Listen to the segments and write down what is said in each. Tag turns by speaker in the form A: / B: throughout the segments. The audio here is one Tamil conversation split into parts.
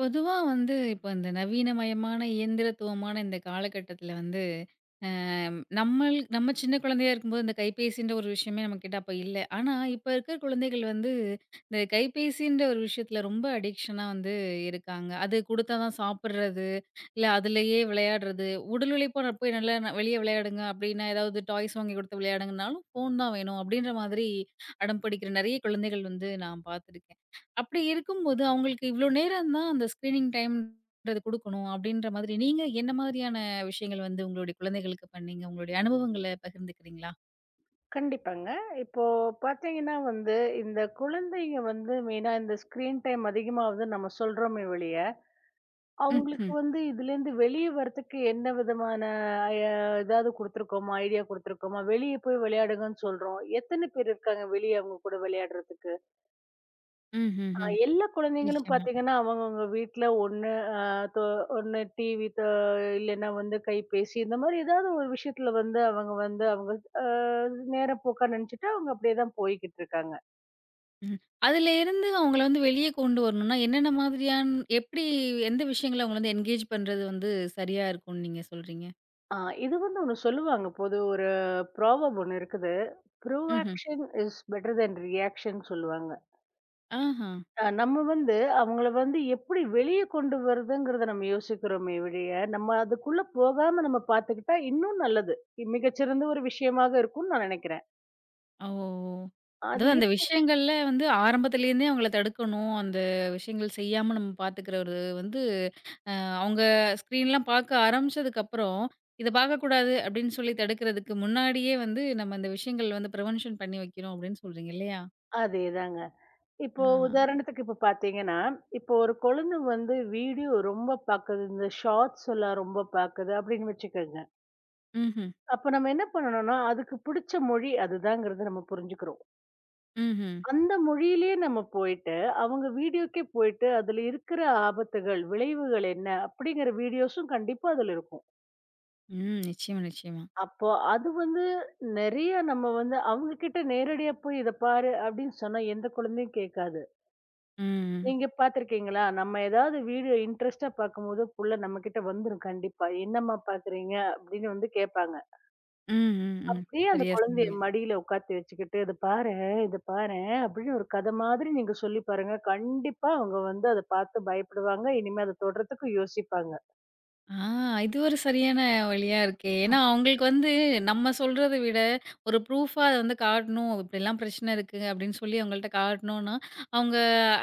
A: பொதுவா வந்து இப்போ இந்த நவீனமயமான இயந்திரத்துவமான இந்த காலகட்டத்துல வந்து நம்ம சின்ன குழந்தையா இருக்கும்போது இந்த கைபேசின்ற ஒரு விஷயமே நம்ம கிட்ட அப்ப இல்லை. ஆனா இப்ப இருக்கிற குழந்தைகள் வந்து இந்த கைபேசின்ற ஒரு விஷயத்துல ரொம்ப அடிக்ஷனா வந்து இருக்காங்க. அது கொடுத்தாதான் சாப்பிட்றது, இல்ல அதுலயே விளையாடுறது. உடல் உழைப்பா நான் போய் நல்லா நான் வெளியே விளையாடுங்க அப்படின்னா ஏதாவது டாய்ஸ் வாங்கி கொடுத்து விளையாடுங்கனாலும் ஃபோன் தான் வேணும் அப்படின்ற மாதிரி அடம் பிடிக்கிற நிறைய குழந்தைகள் வந்து நான் பார்த்துருக்கேன். அப்படி இருக்கும்போது, அவங்களுக்கு இவ்ளோ நேரம் தான் அந்த ஸ்க்ரீனிங் டைம்ன்றது குடுக்கணும் அப்படின்ற மாதிரி, நீங்க என்ன மாதிரியான விஷயங்கள் வந்து உங்களுடைய குழந்தைகளுக்கு பண்ணீங்க? உங்களுடைய அனுபவங்கள பகிர்ந்துக்கிறீங்களா?
B: கண்டிப்பாங்க. இப்போ பார்த்தீங்கன்னா இந்த குழந்தைங்க வந்து மெயினா இந்த ஸ்க்ரீன் டைம் அதிகமாகுது நம்ம சொல்றோமே ஒழிய, அவங்களுக்கு
A: ம்ஹ்ம்.
B: வந்து இதுலேருந்து வெளிய வரதுக்கு என்ன விதமான அய ஏதாவது குடுத்துருக்கோமா? ஐடியா குடுத்துருக்கோமா? வெளிய போய் விளையாடுங்கன்னு சொல்றோம். எத்தன பேர் இருக்காங்க வெளிய அவங்க கூட விளையாடுறதுக்கு?
A: ம்ஹ்ஹ்ம்.
B: எல்லா குழந்தைங்களும்
A: நிச்சயமா.
B: பார்த்தீங்கன்னா, அவங்கவங்க வீட்ல ஒண்ணு அ தொ ஒண்ணு டிவி த இல்லைன்னா வந்து கைபேசி இந்த மாரி ஏதாவது ஒரு விஷயத்துல வந்து அவங்க அ நேரப்போக்கா நெனச்சுட்டு அவங்க அப்படியே தான் போய்க்கிட்டு இருக்காங்க.
A: ம். அதுலேருந்து அவங்கள வந்து வெளிய கொண்டு வரணும்னா, என்னென்ன மாதிரியான் எப்படி எந்த விஷயங்கள அவங்கள வந்து என்கேஜ் பண்றது வந்து சரியா இருக்கும்னு நீங்க சொல்றீங்க?
B: ஆ இது வந்து ஒண்ணு சொல்லுவாங்க. பொது ஒரு ப்ராவர்ப் ஒண்ணு இருக்குது.
A: ம்ஹ்ம்.
B: "Proaction is better then reaction" சொல்லுவாங்க.
A: ஆஹா.
B: நம்ம வந்து அவங்கள வந்து எப்படி வெளிய கொண்டு வருதுங்கிறத நம்ம யோசிக்கிறோமே ஒழிய, நம்ம அதுக்குள்ள போகாம நம்ம பார்த்துக்கிட்டா இன்னும் நல்லது. மிகச்சிறந்த ஒரு விஷயமாக இருக்கும்னு நான் நெனைக்கிறேன்.
A: ஓ!
B: அது
A: அதாவது அந்த
B: இப்
A: விஷயங்கள்ல வந்து ஆரம்பத்துலேருந்தே அவங்கள தடுக்கணும். அந்த விஷயங்கள் செய்யாம நம்ம பாத்துக்கிறது வந்து அவங்க ஸ்க்ரீன்லாம் பார்க்க ஆரம்பிச்சதுக்கப்புறம், "இத பார்க்கக்கூடாது" அப்படின்னு சொல்லி தடுக்கிறதுக்கு முன்னாடியே வந்து நம்ம இந்த விஷயங்கள் வந்து பிரிவென்ஷன் பண்ணி வைக்கிறோம் அப்படின்னு சொல்றீங்க இல்லையா?
B: அதேதாங்க.
A: ஆ.
B: இப்போ உதாரணத்துக்கு இப்போ பார்த்தீங்கன்னா, இப்போ ஒரு குழந்தை வந்து வீடியோ ரொம்ப பார்க்குது. இந்த ஷார்ட்ஸ் எல்லாம் ரொம்ப பார்க்குது அப்படின்னு வச்சுக்கோங்க.
A: ம்ஹ்ம்.
B: அப்ப நம்ம என்ன பண்ணணும்னா, அதுக்கு பிடிச்ச மொழி அதுதாங்கிறத நம்ம புரிஞ்சுக்கிறோம்.
A: ம்ஹ்ம்.
B: அந்த மொழியிலேயே நம்ம போயிட்டு, அவங்க வீடியோக்கே போயிட்டு அதுல இருக்கிற ஆபத்துகள், விளைவுகள் என்ன அப்படிங்கிற வீடியோஸும் கண்டிப்பா அதுல இருக்கும்.
A: ம். நிச்சயமா, நிச்சயமா.
B: அப்போ அது வந்து நெறைய நம்ம வந்து அவங்க கிட்ட நேரடியா போய் இத பாரு அப்படின்னு சொன்னா எந்த குழந்தையும் கேட்காது.
A: ம்.
B: நீங்க பார்த்துருக்கீங்களா? நம்ம ஏதாவது வீடியோ இன்ட்ரெஸ்ட்டா பார்க்கும்போது, புள்ள நம்மகிட்ட வந்துரும் கண்டிப்பா. "என்னம்மா பார்க்குறீங்க?" அப்படின்னு வந்து கேட்பாங்க.
A: ம். ம். ம்.
B: அப்படியே அந்த
A: சரியா
B: குழந்தைய
A: சொன்னீங்க.
B: மடியில உட்காத்தி வச்சுக்கிட்டு, "இத பாரேன், இத பாரேன்" அப்படின்னு ஒரு கதை மாதிரி நீங்க சொல்லி பாருங்க. கண்டிப்பா அவங்க வந்து அத பார்த்து பயப்படுவாங்க. இனிமே அத தொடுறதுக்கு யோசிப்பாங்க.
A: ஆ இது ஒரு சரியான வழியா இருக்கே. ஏன்னா, அவங்களுக்கு வந்து நம்ம சொல்றத விட, ஒரு ப்ரூஃபா அத வந்து காட்டணும். "இப்படிலாம் பிரச்சனை இருக்கு" அப்படின்னு சொல்லி அவங்கள்ட்ட காட்டணும்னா, அவங்க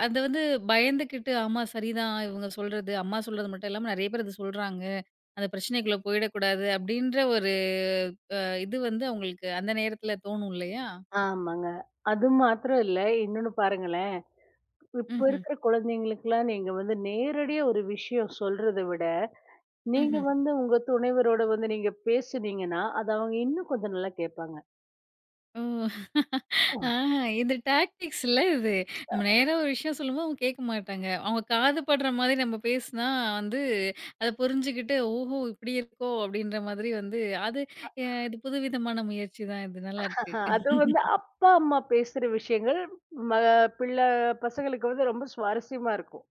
A: அத வந்து பயந்துக்கிட்டு, "ஆமா சரிதான் இவங்க சொல்றது. அம்மா சொல்றது மட்டும் இல்லாம நெறைய பேர் இத சொல்றாங்க. அந்த பிரச்சனைக்குள்ள போயிடக்கூடாது" அப்படின்ற ஒரு இது வந்து அவங்களுக்கு அந்த நேரத்துல தோணும் இல்லையா?
B: ஆமாங்க. அது மாத்திரம் இல்ல, இன்னொன்னு பாருங்களேன். இப்ப
A: ம்ஹ்ம்,
B: இருக்கிற குழந்தைங்களுக்கெல்லாம் நீங்க வந்து நேரடியா ஒரு விஷயம் சொல்றத விட, நீங்க
A: ம்ஹ்ம்.
B: வந்து உங்க துணைவரோட வந்து நீங்க பேசுனீங்கன்னா, அத அவங்க இன்னும் கொஞ்சம் நல்லா கேட்பாங்க.
A: ஓ! ஆஹா, இது டாக்டிக்ஸ் இல்ல இது. நம்ம நேரா ஒரு விஷயம் சொல்லும்போது அவங்க கேட்க மாட்டாங்க. அவங்க காது படுற மாதிரி நம்ம பேசினா வந்து அத புரிஞ்சுகிட்டு, ஓஹோ! இப்படி இருக்கோ! அப்படின்ற மாதிரி வந்து அது அ இது புதுவிதமான முயற்சி தான் இது. நல்லாருக்கு.
B: அது வந்து அப்பா, அம்மா பேசுற விஷயங்கள் ம பிள்ளை பசங்களுக்கு வந்து ரொம்ப சுவாரஸ்யமா இருக்கும்.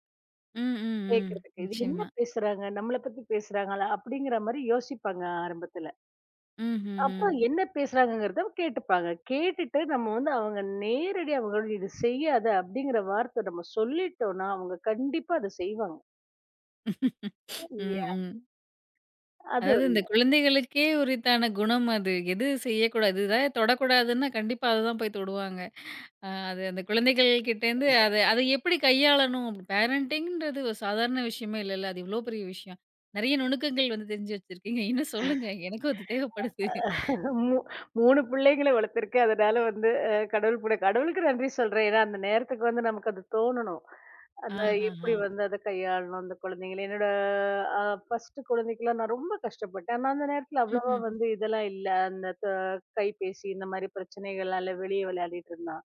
A: ம், ம், ம்.
B: கேட்கறதுக்கு. இது என்ன
A: நிச்சயமா.
B: பேசுறாங்க? நம்மள பத்தி பேசுறாங்களா? அப்படிங்கிற மாரி யோசிப்பாங்க ஆரம்பத்துல.
A: ம்ஹ்ஹ்ம். ம், ம்.
B: அப்புறம் என்ன பேசுறாங்கங்கிறத கேட்டுப்பாங்க. கேட்டுட்டு நம்ம வந்து அவங்க நேரடியா அவங்களோட "இது செய்யாத" அப்படிங்கிற வார்த்தை நம்ம சொல்லிட்டோம்னா, அவங்க கண்டிப்பா அத செய்வாங்க.
A: ம்,
B: இல்லையா?
A: ம்.
B: அது
A: அதாவது இந்த குழந்தைகளுக்கே உரித்தான குணம் அது. எது செய்யக்கூடாது, இத தொடக்கூடாதுன்னா கண்டிப்பா அத தான் போய் தொடுவாங்க. அ அது அந்த குழந்தைகள் கிட்டேருந்து அது அதை எப்படி கையாளணும்? அப்படி பேரண்டிங்ன்றது ஒரு சாதாரண விஷயமே இல்லல்ல. அது இவ்ளோ பெரிய விஷயம். நெறைய நுணுக்கங்கள் வந்து தெரிஞ்சு வச்சிருக்கீங்க. இன்னும் சொல்லுங்க. எனக்கும் அது தேவைப்படுது.
B: மூ 3 பிள்ளைங்கள வளர்த்துருக்கேன். அதனால வந்து கடவுள் புண்ணிய கடவுளுக்கு நன்றி சொல்றேன். ஏன்னா, அந்த நேரத்துக்கு வந்து நமக்கு அது தோணணும். அந்த எப்படி
A: ஆஹஹா!
B: வந்து அத கையாளணும் அந்த குழந்தைங்கள. என்னோட அ 1 குழந்தைக்கெல்லாம் நான் ரொம்ப கஷ்டப்பட்டேன். ஆனா, அந்த நேரத்துல அவ்வளவா
A: ம்ஹ்ம்.
B: வந்து இதெல்லாம் இல்ல. அந்த த கைபேசி இந்த மாரி பிரச்சனைகளால வெளியே விளையாடிட்டு இருந்தான்.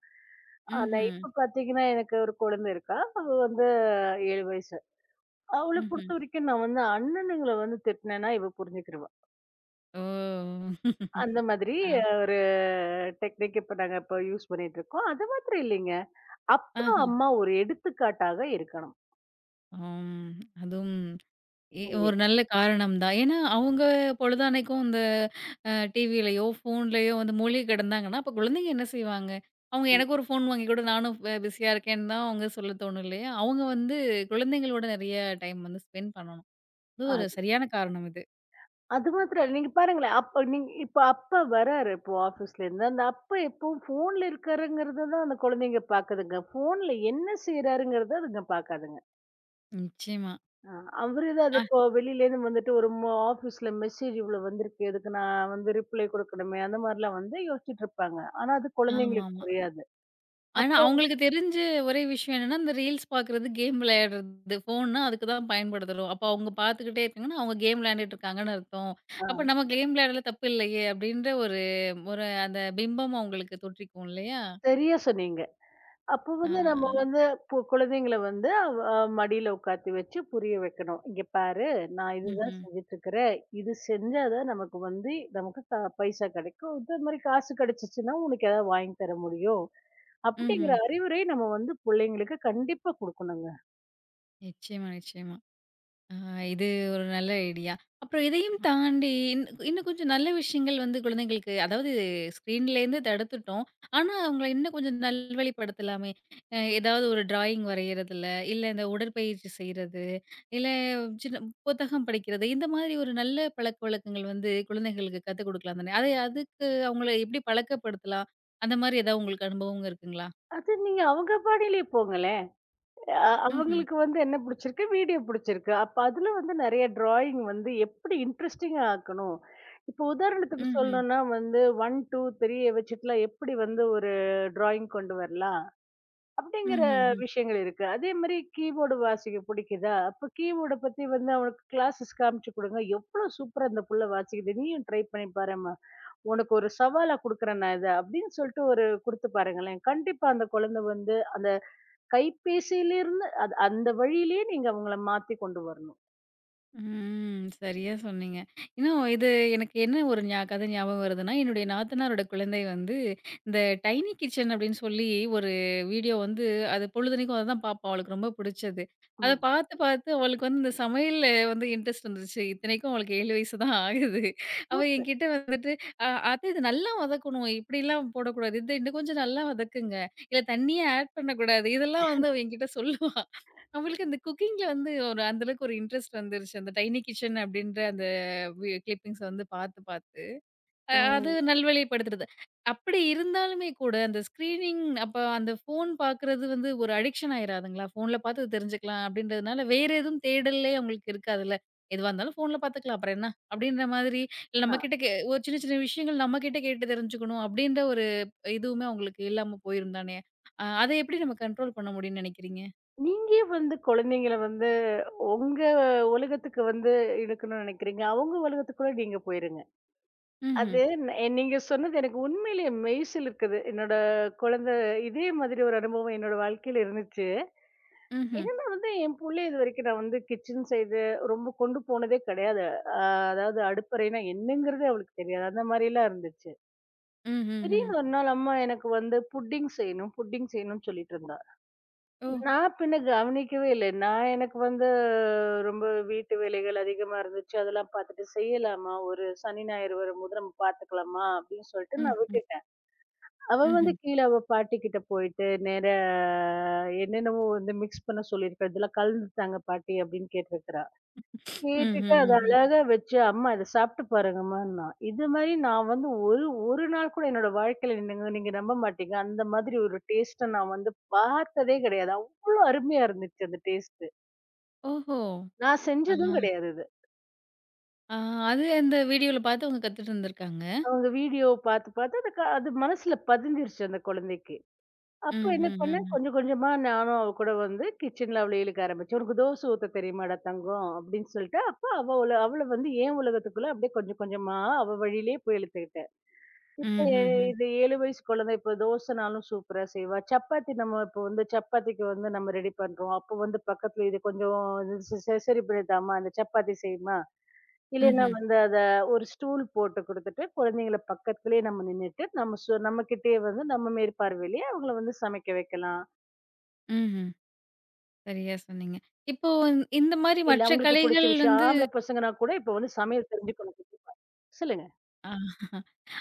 B: ஆனா,
A: ம்ஹ்ம்.
B: இப்ப பாத்தீங்கன்னா, எனக்கு ஒரு குழந்தை இருக்கா. அவ வந்து 7 வயசு. அவள
A: ம்ஹ்ம்.
B: பொறுத்தவரைக்கும் நான் வந்து அண்ணனுங்கள வந்து திட்டினேன்னா, இவ புரிஞ்சுக்கிருவா.
A: ஓ!
B: அந்த மாதிரி
A: ஆ.
B: ஒரு டெக்னிக் இப்ப நாங்க இப்ப யூஸ் பண்ணிட்டு இருக்கோம். அது மாத்திரம் இல்லைங்க. அப்பா,
A: ஆஹ.
B: அம்மா ஒரு எடுத்துக்காட்டாக இருக்கணும்.
A: ம். அதுவும் எ
B: இல்லையா?
A: ஒரு நல்ல காரணம் தான். ஏன்னா, அவங்க பொழுதானைக்கும் இந்த அ டிவிலயோ, ஃபோன்லயோ வந்து மூழ்கி கிடந்தாங்கன்னா, அப்ப குழந்தைங்க என்ன செய்வாங்க? அவங்க
B: ம்.
A: எனக்கு ஒரு ஃபோன் வாங்கி குடு, நானும் ப பிஸியா இருக்கேன்னு தான் அவங்க சொல்ல தோணும் இல்லையா? அவங்க வந்து குழந்தைங்களோட நெறைய டைம் வந்து ஸ்பெண்ட் பண்ணணும். அது ஒரு
B: அது
A: சரியான காரணம் இது.
B: அது மாத்திரம் இல்ல. நீங்க பாருங்களேன். அப்ப நீங்க இப்ப அப்பா வராரு இப்போ ஆபீஸ்ல இருந்து. அந்த அப்பா எப்பவும் ஃபோன்ல இருக்காருங்கிறத தான் அந்த குழந்தைங்க பாக்குதுங்க. ஃபோன்ல என்ன செய்றாருங்கிறத அதுங்க பாக்காதுங்க.
A: நிச்சயமா.
B: அ அவரு தான் அது
A: அ
B: இப்போ வெளியிலேருந்து வந்துட்டு ஒரு ஆபீஸ்ல மெசேஜ் இவ்ளோ வந்திருக்கு. அதுக்கு நான் வந்து ரிப்ளை குடுக்கணுமே! அந்த மாரிலாம் வந்து யோசிச்சுட்டு இருப்பாங்க. ஆனா அது குழந்தைங்களுக்கு
A: ஆமாமா.
B: புரியாது.
A: ஆனா,
B: அப்போ
A: அவங்களுக்கு தெரிஞ்ச ஒரே விஷயம் என்னன்னா, இந்த ரீல்ஸ் பார்க்குறது, கேம் விளையாடுறது. ஃபோன்னா அதுக்கு தான் பயன்படுத்துறோம். அப்போ அவங்க பார்த்துக்கிட்டே இருக்காங்கன்னா, அவங்க கேம் விளையாண்டுட்டு இருக்காங்கன்னு அர்த்தம்.
B: ஆ.
A: அப்ப நம்ம கேம் விளையாடுறதுல தப்பு இல்லையே! அப்படின்ற ஒரு ஒரு அந்த பிம்பம் அவங்களுக்கு தொற்றிக்கும் இல்லையா?
B: சரியா சொன்னீங்க. அப்போ
A: ஆ.
B: வந்து நம்ம வந்து இப்போ குழந்தைங்கள வந்து அ மடியில உட்காத்தி வச்சு புரிய வைக்கணும். "இங்க பாரு, நான் இதுதான்
A: ம்ஹ்ம்.
B: செஞ்சுட்டு இருக்கிறேன். இது செஞ்சா தான் நமக்கு வந்து நமக்கு க பைசா கிடைக்கும். இதே மாரி காசு கிடைச்சுச்சுன்னா, உனக்கு ஏதாவது வாங்கி தர முடியும்."
A: ம்ஹ்ம்.
B: அப்படிங்கிற அறிவுரை நம்ம வந்து பிள்ளைங்களுக்கு கண்டிப்பா குடுக்கணுங்க.
A: நிச்சயமா, நிச்சயமா. ஆ, இது ஒரு நல்ல ஐடியா. அப்புறம் இதையும் தாண்டி இன் இன்னும் கொஞ்சம் நல்ல விஷயங்கள் வந்து குழந்தைங்களுக்கு அதாவது ஸ்க்ரீன்லேருந்து தடுத்துட்டோம். ஆனா, அவங்கள இன்னும் கொஞ்சம் நல்வழிப்படுத்தலாமே! அ ஏதாவது ஒரு டிராயிங் வரையிறதுல, இல்ல இந்த உடற்பயிற்சி செய்றது, இல்ல சின்ன புத்தகம் படிக்கிறது, இந்த மாதிரி ஒரு நல்ல பழக்கவழக்கங்கள் வந்து குழந்தைகளுக்கு கத்துக் குடுக்கலாம் தானே! அதை அதுக்கு அவங்கள எப்படி பழக்கப்படுத்தலாம்? அந்த மாரி ஏதாவது உங்களுக்கு அனுபவம் இருக்குங்களா?
B: அது நீங்க அவங்க பாணியிலே போங்களேன். அ
A: ம்ஹ்ம்.
B: அவங்களுக்கு வந்து என்ன பிடிச்சிருக்கு? வீடியோ பிடிச்சிருக்கு. அப்ப அதுல வந்து நெறைய டிராயிங் வந்து எப்படி இன்ட்ரஸ்டிங்கா ஆக்கணும்? இப்போ உதாரணத்துக்கு
A: ம்ஹ்ம்.
B: சொல்லணும்னா வந்து 1, 2, 3 வச்சுட்டுலாம் எப்படி வந்து ஒரு டிராயிங் கொண்டு வரலாம்? அப்படிங்கிற
A: ம்ஹ்ம்.
B: விஷயங்கள் இருக்கு. அதே மாரி கீபோர்டு வாசிக்க பிடிக்குதா? அப்ப கீபோர்ட பத்தி வந்து அவனுக்கு கிளாஸஸ் காமிச்சு குடுங்க. எவ்ளோ சூப்பரா இந்த புள்ள வாசிக்குது. நீயும் ட்ரை பண்ணி பாரேம்மா. உனக்கு ஒரு சவாலா குடுக்குறேன் நான் இத. அப்படின்னு சொல்லிட்டு ஒரு குடுத்து பாருங்களேன். கண்டிப்பா அந்த குழந்தை வந்து அந்த கைபேசியிலிருந்து அது அந்த வழியிலேயே நீங்க அவங்கள மாத்தி கொண்டு வரணும்.
A: ம். சரியா சொன்னீங்க. இன்னும் இது எனக்கு என்ன ஒரு ஞா கதை ஞாபகம் வருதுன்னா, என்னுடைய நாத்தனாரோட குழந்தை வந்து இந்த டைனி கிச்சன் அப்படின்னு சொல்லி ஒரு வீடியோ வந்து அது பொழுதனைக்கும் அத தான் பாப்பா. அவளுக்கு ரொம்ப புடிச்சது. அத
B: ம்.
A: பார்த்து, பார்த்து அவளுக்கு வந்து இந்த சமையல்ல வந்து இன்ட்ரெஸ்ட் வந்துருச்சு. இத்தனைக்கும் அவளுக்கு 7 வயசு தான் ஆகுது. அவ
B: சூப்பர்.
A: என்கிட்ட வந்துட்டு, "அ அத்த இது நல்லா வதக்கணும். இப்படிலாம் போடக்கூடாது. இது இன்னும் கொஞ்சம் நல்லா வதக்குங்க. இல்ல தண்ணியே ஆட் பண்ணக்கூடாது." இதெல்லாம் வந்து அவ என்கிட்ட சொல்லுவா. அவங்களுக்கு அந்த குக்கிங்ல வந்து ஒரு அந்த அளவுக்கு ஒரு இன்ட்ரெஸ்ட் வந்துருச்சு. அந்த டைனி கிட்சன் அப்படின்ற அந்த வி கிளிப்பிங்ஸ் வந்து பார்த்து, பார்த்து. அ அது
B: ம்.
A: நல்வழிப்படுத்துறது. அப்படி இருந்தாலுமே கூட அந்த ஸ்க்ரீனிங் அப்ப அந்த ஃபோன் பார்க்குறது வந்து ஒரு அடிக்ஷன் ஆயிராதுங்களா? ஃபோன்ல பார்த்து தெரிஞ்சுக்கலாம் அப்படின்றதுனால வேற எதுவும் தேடலே அவங்களுக்கு இருக்காதுல்ல. எதுவா இருந்தாலும் ஃபோன்ல பார்த்துக்கலாம். அப்புறம் என்ன? அப்படின்ற மாதிரி இல்ல
B: ஆ.
A: நம்ம கிட்ட கே ஒரு சின்ன, சின்ன விஷயங்கள் நம்ம கிட்ட கேட்டு தெரிஞ்சுக்கணும் அப்படின்ற ஒரு இதுவுமே அவங்களுக்கு இல்லாம போயிரும் தானே! அ அத எப்படி நம்ம கண்ட்ரோல் பண்ண முடியும்னு நினைக்கிறீங்க?
B: நீங்க ஏன் வந்து குழந்தைங்கள வந்து உங்க உலகத்துக்கு வந்து இழுக்கணும்னு நினைக்கிறீங்க. அவங்க உலகத்துக்குள்ள நீங்க போயிருங்க.
A: ம்ஹ்ம்.
B: அது நீங்க சொன்னது எனக்கு உண்மையிலேயே மெய்சிலிர்க்குது. என்னோட குழந்தை இதே மாதிரி ஒரு அனுபவம் என்னோட வாழ்க்கையில இருந்துச்சு.
A: ம்ஹ்ம்.
B: என்னன்னா வந்து என் புள்ள இதுவரைக்கும் நான் வந்து கிச்சன் சைடு ரொம்ப கொண்டு போனதே கிடையாது. அ அதாவது அடுப்பறைனா என்னங்கிறதே அவளுக்கு தெரியாது. அந்த மாரிலாம் இருந்துச்சு.
A: హుహుహు.
B: திடீர்னு ஒரு நாள் அம்மா எனக்கு வந்து புட்டிங் செய்யணும், புட்டிங் செய்யணும்னு சொல்லிட்டு இருந்தா.
A: ఓహ్!
B: நான் பின்ன கவனிக்கவே இல்ல. நான் எனக்கு வந்து ரொம்ப வீட்டு வேலைகள் அதிகமா இருந்துச்சு. அதெல்லாம் பார்த்துட்டு செய்யலாமா? ஒரு சனி, ஞாயிறு வரும்போது நம்ம பார்த்துக்கலாமா? அப்படின்னு சொல்லிட்டு நான்
A: హుహు.
B: விட்டுட்டேன். அவ
A: హుహు.
B: வந்து கீழ அவ பாட்டிக்கிட்ட போயிட்டு நேரா என்னென்னவோ வந்து மிக்ஸ் பண்ண சொல்லியிருக்கா. இதெல்லாம் கலந்துத்தாங்க பாட்டி அப்படின்னு கேட்டிருக்கிறா.
A: హుహు.
B: கேட்டுட்டு அத
A: హుహు.
B: அழகா வச்சு, "அம்மா இத சாப்பிட்டு பாருங்கம்மான்னா." இது மாரி நான் வந்து ஒரு ஒரு நாள் கூட என்னோட வாழ்க்கையில நீங்க நீங்க நம்ப மாட்டீங்க. அந்த மாதிரி ஒரு டேஸ்ட்ட நான் வந்து பார்த்ததே கிடையாது. அவ்ளோ அருமையா இருந்துச்சு அந்த டேஸ்ட்டு.
A: ஓஹோ!
B: நான்
A: ஆ,
B: செஞ்சதும் ம். கிடையாது இது.
A: ஆ அது அந்த வீடியோல பார்த்து அவங்க கத்துட்டு இருந்திருக்காங்க.
B: அவங்க வீடியோ பார்த்து, பார்த்து அது அது மனசுல பதிஞ்சிருச்சு அந்த குழந்தைக்கு. அப்போ என்ன பண்ணேன்,
A: ம்ஹ்ஹ்ஹ்ம்.
B: கொஞ்சம் கொஞ்சமா நானும் அவ கூட வந்து கிச்சன்ல அவள இழுக்க ஆரம்பிச்சேன். "உனக்கு தோசை ஊத்த தெரியுமாடா தங்கம்?" அப்படின்னு சொல்லிட்டு, அப்ப அவ அவள வந்து என் உலகத்துக்குள்ள அப்படியே கொஞ்சம் கொஞ்சமா அவ வழியிலேயே போய் இழுத்துக்கிட்டேன். இப்ப
A: ம்ஹ்ஹ்ம்.
B: இது 7 வயசு குழந்தை இப்ப தோசைனாலும் சூப்பரா செய்வா. சப்பாத்தி நம்ம இப்ப வந்து சப்பாத்திக்கு வந்து நம்ம ரெடி பண்றோம். அப்ப வந்து பக்கத்துல இது கொஞ்சம் செ செ சரி பண்ணித்தாம்மா, அந்த சப்பாத்தி செய்யுமா? இல்லைன்னா
A: ம்ஹ்ம்.
B: வந்து அத ஒரு ஸ்டூல் போட்டு குடுத்துட்டு, குழந்தைங்கள பக்கத்துலயே நம்ம நின்னுட்டு, நம்மகிட்டயே வந்து நம்ம மேற்பார்வையிலயே அவங்கள வந்து சமைக்க வைக்கலாம்.
A: ம்ஹ்ம். சரியா சொன்னீங்க. இப்போ இந்த மாரி
B: இல்ல
A: மற்ற
B: அவங்களுக்கு புடிச்ச
A: கலைகள்
B: விஷயம்
A: வந்து
B: ஆம்பள பசங்கன்னா கூட இப்ப வந்து சமையல் தெரிஞ்சுக்கணும். சொல்லுங்க.
A: ஆ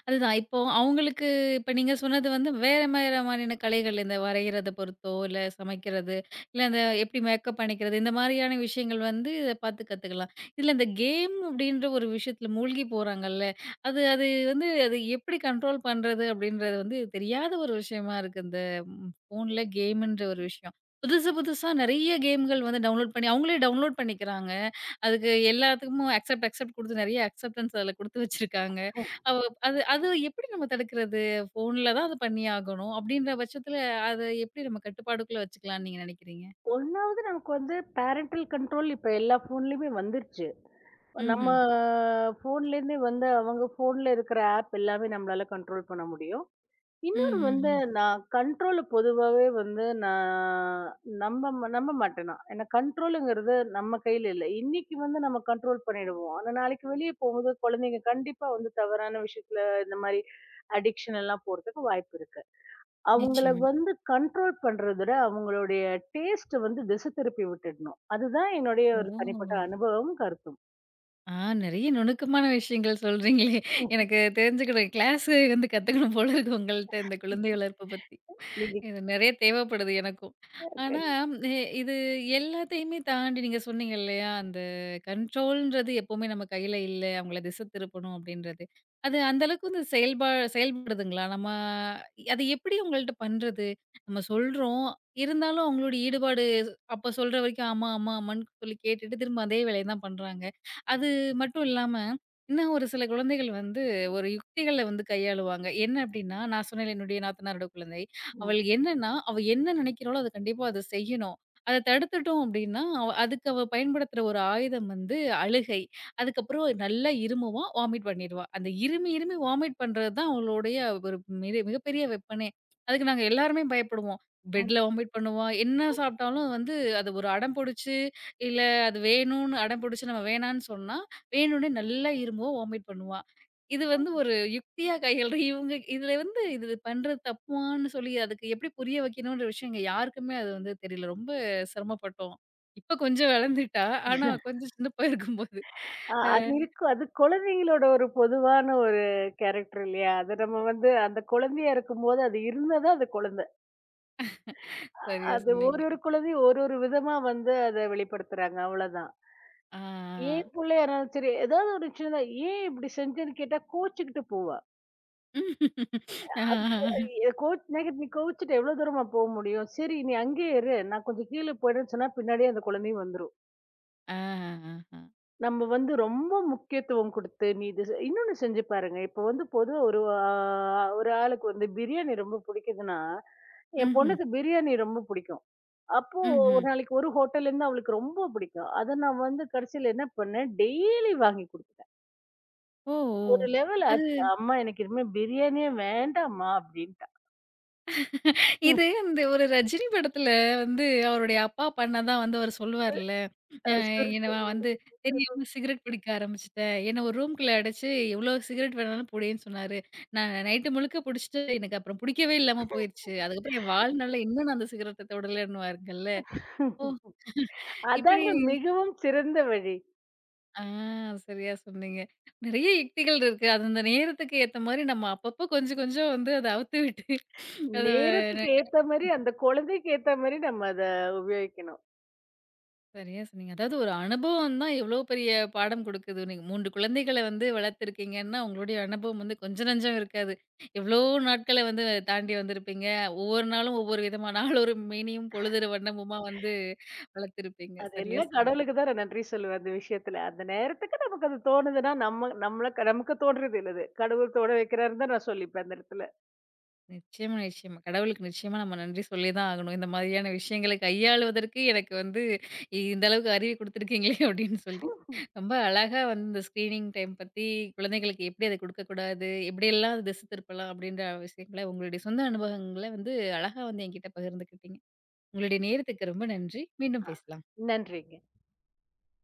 A: அதுதான். இப்போ அவங்களுக்கு இப்ப நீங்க சொன்னது வந்து வேற வேற மாரியான கலைகள். இந்த வரையிறத பொறுத்தோ, இல்ல சமைக்கிறது, இல்ல அந்த எப்படி மேக்கப் அணிக்கிறது, இந்த மாரியான விஷயங்கள் வந்து இத பார்த்து கத்துக்கலாம். இதுல இந்த கேம் அப்படின்ற ஒரு விஷயத்துல மூழ்கி போறாங்கல்ல, அது அது வந்து அது எப்படி கண்ட்ரோல் பண்றது அப்படின்றது வந்து தெரியாத ஒரு விஷயமா இருக்கு. இந்த ம் ஃபோன்ல கேம்ன்ற ஒரு விஷயம். புதுசு புதுசா நெறைய கேம்கள் வந்து டவுன்லோட் பண்ணி அவங்களே டவுன்லோட் பண்ணிக்கிறாங்க. அதுக்கு எல்லாத்துக்கும் அக்செப்ட் அக்செப்ட் குடுத்து நெறைய அக்செப்டன்ஸ் அதுல குடுத்து வச்சிருக்காங்க. அவ் அது அது எப்படி நம்ம தடுக்கிறது? ஃபோன்ல தான் அது பண்ணியாகணும். அப்படின்ற பட்சத்துல அத எப்படி நம்ம கட்டுப்பாடுக்குள்ள வச்சுக்கலாம்ன்னு நீங்க நினைக்கிறீங்க?
B: 1வது நமக்கு வந்து பேரண்டல் கண்ட்ரோல் இப்ப எல்லா ஃபோன்லயுமே வந்துருச்சு. நம்ம
A: ம்ஹ்ம்.
B: ஃபோன்லேருந்தே வந்து அவங்க ஃபோன்ல இருக்கிற ஆப் எல்லாமே நம்மளால கண்ட்ரோல் பண்ண முடியும். இன்னொன்னு வந்து
A: ம்ஹ்ஹ்ம்.
B: நான் கண்ட்ரோல பொதுவாவே வந்து நான் நம்ப மாட்டேன் நான். ஏன்னா கண்ட்ரோலுங்கிறது நம்ம கையில இல்ல. இன்னைக்கு வந்து நம்ம கண்ட்ரோல் பண்ணிடுவோம். ஆனா நாளைக்கு வெளிய போகும்போது குழந்தைங்க கண்டிப்பா வந்து தவறான விஷயத்துல இந்த மாரி அடிக்ஷன் எல்லாம் போறதுக்கு வாய்ப்பு இருக்கு. அவங்கள
A: நிச்சயமா.
B: வந்து கண்ட்ரோல் பண்றத விட அவங்களுடைய டேஸ்ட்ட வந்து திசை திருப்பி விட்டுடணும். அதுதான் என்னுடைய ஒரு தனிப்பட்ட
A: ஓ!
B: அனுபவமும் கருத்தும்.
A: ஆ நெறைய நுணுக்கமான விஷயங்கள் சொல்றீங்களே!
B: ம்.
A: எனக்கு தெரிஞ்சுக்கணும். கிளாஸ் வந்து கத்துக்கணும் போல இருக்கு உங்கள்ட்ட இந்த குழந்தை
B: ம்.
A: வளர்ப்பு பத்தி.
B: நீங்க
A: இது நெறைய தேவைப்படுது எனக்கும். ஆனா,
B: கண்-
A: எ இது எல்லாத்தையுமே தாண்டி நீங்க சொன்னீங்க இல்லையா? அந்த கண்ட்ரோல்ன்றது எப்பவுமே நம்ம கையில இல்ல. அவங்கள திசை திருப்பணும் அப்படின்றது. அது அந்த அளவுக்கு வந்து செயல்பா செயல்படுதுங்களா? நம்ம அது எப்படி அவங்கள்ட்ட பண்றது? நம்ம சொல்றோம். இருந்தாலும் அவங்களோட ஈடுபாடு அப்ப சொல்ற வரைக்கும் ஆமா, ஆமா, ஆமான்னு சொல்லி கேட்டுட்டு திரும்ப அதே வேலைய தான் பண்றாங்க. அது மட்டும் இல்லாம, இன்னும் ஒரு சில குழந்தைகள் வந்து ஒரு யுக்திகள வந்து கையாளுவாங்க. என்ன அப்படின்னா, நான் சொன்னேன்ல என்னுடைய நாத்தனாரோட குழந்தை.
B: ம்,
A: அவள் என்னன்னா, அவ என்ன நினைக்கிறாளோ அத கண்டிப்பா அத செய்யணும். அத தடுத்துட்டோம் அப்டின்னா, அவ அதுக்கு அவ பயன்படுத்துற ஒரு ஆயுதம் வந்து அழுகை. அதுக்கப்புறம் நல்லா இருமுவா, வாமிட் பண்ணிருவா. அந்த இருமி, இருமி வாமிட் பண்றது தான் அவளுடைய ஒரு மிக மிகப்பெரிய வெப்பனே. அதுக்கு நாங்க எல்லாருமே பயப்படுவோம்.
B: ம்.
A: பெட்ல வாமிட் பண்ணுவா. என்ன சாப்ட்டாலும் வந்து அது ஒரு அடம் புடிச்சு, இல்ல அது வேணும்னு அடம் புடிச்சு நம்ம வேணான்னு சொன்னா, வேணும்னே நல்லா இருமுவா, வாமிட் பண்ணுவா. இது வந்து ஒரு யுக்தியா கையாள்ற இவங்க இதுல வந்து இது பண்றது தப்புவான்னு சொல்லி அதுக்கு எப்படி புரிய வைக்கணும்ன்ற விஷயம் இங்க யாருக்குமே அது வந்து தெரியல. ரொம்ப சிரமப்பட்டோம். இப்ப கொஞ்சம் வளர்ந்துட்டா. ஆனா கொஞ்சம் சின்ன பைய இருக்கும்போது. அ
B: அது இருக்கும். அது குழந்தைங்களோட ஒரு பொதுவான ஒரு கேரக்டர் இல்லையா? அது நம்ம வந்து அந்த குழந்தையா இருக்கும்போது அது இருந்தா தான் அது குழந்தை.
A: சரியா
B: அது ஒரு
A: சொன்னீங்க.
B: ஒரு குழந்தையும் ஒரு ஒரு விதமா வந்து அத வெளிப்படுத்துறாங்க. அவ்வளோதான்.
A: ஆ.
B: ஏன் புள்ளையா இருந்தாலும் சரி, ஏதாவது ஒரு சின்னதா ஏன் இப்படி செஞ்சேன்னு கேட்டா கோச்சுக்கிட்டு போவா.
A: ஆ.
B: நீ கோவிச்சுட்டு எவ்வளோ தூரமா போ முடியும்? சரி நீ அங்கேயே இரு. நான் கொஞ்சம் கீழ போயிடுறேன்னு சொன்னா பின்னாடியே அந்த குழந்தையும் வந்துரும்.
A: ஆ. ஆ.
B: நம்ம வந்து ரொம்ப முக்கியத்துவம் குடுத்து, நீ இது செ இன்னொன்னு செஞ்சு பாருங்க. இப்போ வந்து பொதுவா ஒரு ஆளுக்கு வந்து பிரியாணி ரொம்ப பிடிக்குதுன்னா, என்
A: ம்ஹ்ம்.
B: பொண்ணுக்கு பிரியாணி ரொம்ப பிடிக்கும். அப்போ ஒரு
A: ம்ஹ்ம்.
B: நாளைக்கு ஒரு ஹோட்டல்லேருந்து அவளுக்கு ரொம்ப பிடிக்கும். அத நான் வந்து கடைசியில என்ன பண்ணேன், டெய்லி வாங்கி குடுத்துட்டேன்.
A: ஓ!
B: ஒரு
A: ஓ!
B: லெவல்
A: அது
B: ஆச்சு. அம்மா எனக்கு இனிமே பிரியாணியே வேண்டாம்மா அப்படின்ட்டா. ம்.
A: இது இந்த ஒரு ரஜினி படத்துல வந்து அவருடைய அப்பா பண்ணதான் வந்து அவர் சொல்லுவார்ல. அ
B: அ
A: என்ன
B: சுருட்டு.
A: நான் வந்து தெரியாம சிகரெட் பிடிக்க ஆரம்பிச்சுட்டேன். என்ன ஒரு ரூம்குள்ள அடைச்சு, எவ்ளோ சிகரெட் வேணாலும் புடின்னு சொன்னாரு. நான் நைட்டு முழுக்க புடிச்சுட்டு எனக்கு அப்புறம் புடிக்கவே இல்லாம போயிருச்சு. அதுக்கப்புறம் என் வாழ்நாள்ல இன்னும் நான் அந்த சிகரெட்ட தொடலன்னுவாருங்கல்ல. ஓ! இப்படி
B: அதாங்க மிகவும் சிறந்த வழி.
A: ஆ சரியா சொன்னீங்க. நெறைய யுக்திகள் இருக்கு. அது அந்த நேரத்துக்கு ஏத்த மாரி நம்ம அப்பப்போ கொஞ்சம் கொஞ்சம் வந்து அத அவுத்து விட்டு அத
B: நேரத்துக்கு ஏத்த மாரி, அந்த குழந்தைக்கு ஏத்த மாரி நம்ம அத உபயோகிக்கணும்.
A: சரியா சொன்னீங்க. அதாவது ஒரு அனுபவம் தான் எவ்வளோ பெரிய பாடம் குடுக்குது. நீங்க 3 குழந்தைகள வந்து வளர்த்துருக்கீங்கன்னா, உங்களுடைய அனுபவம் வந்து கொஞ்சம் நஞ்சம் இருக்காது. எவ்வளோ நாட்கள வந்து தாண்டி வந்திருப்பீங்க. ஒவ்வொரு நாளும் ஒவ்வொரு விதமான நாளொரு மேனியும் பொழுதொரு வண்ணமுமா வந்து வளர்த்துருப்பீங்க.
B: அது
A: சரியா
B: எல்லாம்
A: சொன்னீங்க.
B: கடவுளுக்கு தான் நான் நன்றி சொல்லுவேன் அந்த விஷயத்துல. அந்த நேரத்துக்கு நமக்கு அது தோணுதுன்னா, நம்ம நம்மள நமக்கு தோன்றது இல்ல அது. கடவுள் தோண வைக்கிறாருன்னு தான் நான் சொல்லிப்பேன் அந்த இடத்துல.
A: நிச்சயமா, நிச்சயமா. கடவுளுக்கு நிச்சயமா நம்ம நன்றி சொல்லி தான் ஆகணும். இந்த மாதிரியான விஷயங்களை கையாளுவதற்கு எனக்கு வந்து இந்த அளவுக்கு அறிவு குடுத்துருக்கீங்களே அப்படின்னு சொல்லி. ரொம்ப அழகா வந்து இந்த ஸ்க்ரீனிங் டைம் பத்தி குழந்தைகளுக்கு எப்படி அத குடுக்கக்கூடாது, எப்படியெல்லாம் அது திசை திருப்பலாம் அப்படின்ற விஷயங்கள உங்களுடைய சொந்த அனுபவங்கள வந்து அழகா வந்து என்கிட்ட பகிர்ந்துக்கிட்டீங்க. உங்களுடைய நேரத்துக்கு ரொம்ப நன்றி. மீண்டும்
B: அஹ்
A: பேசலாம்.
B: நன்றிங்க.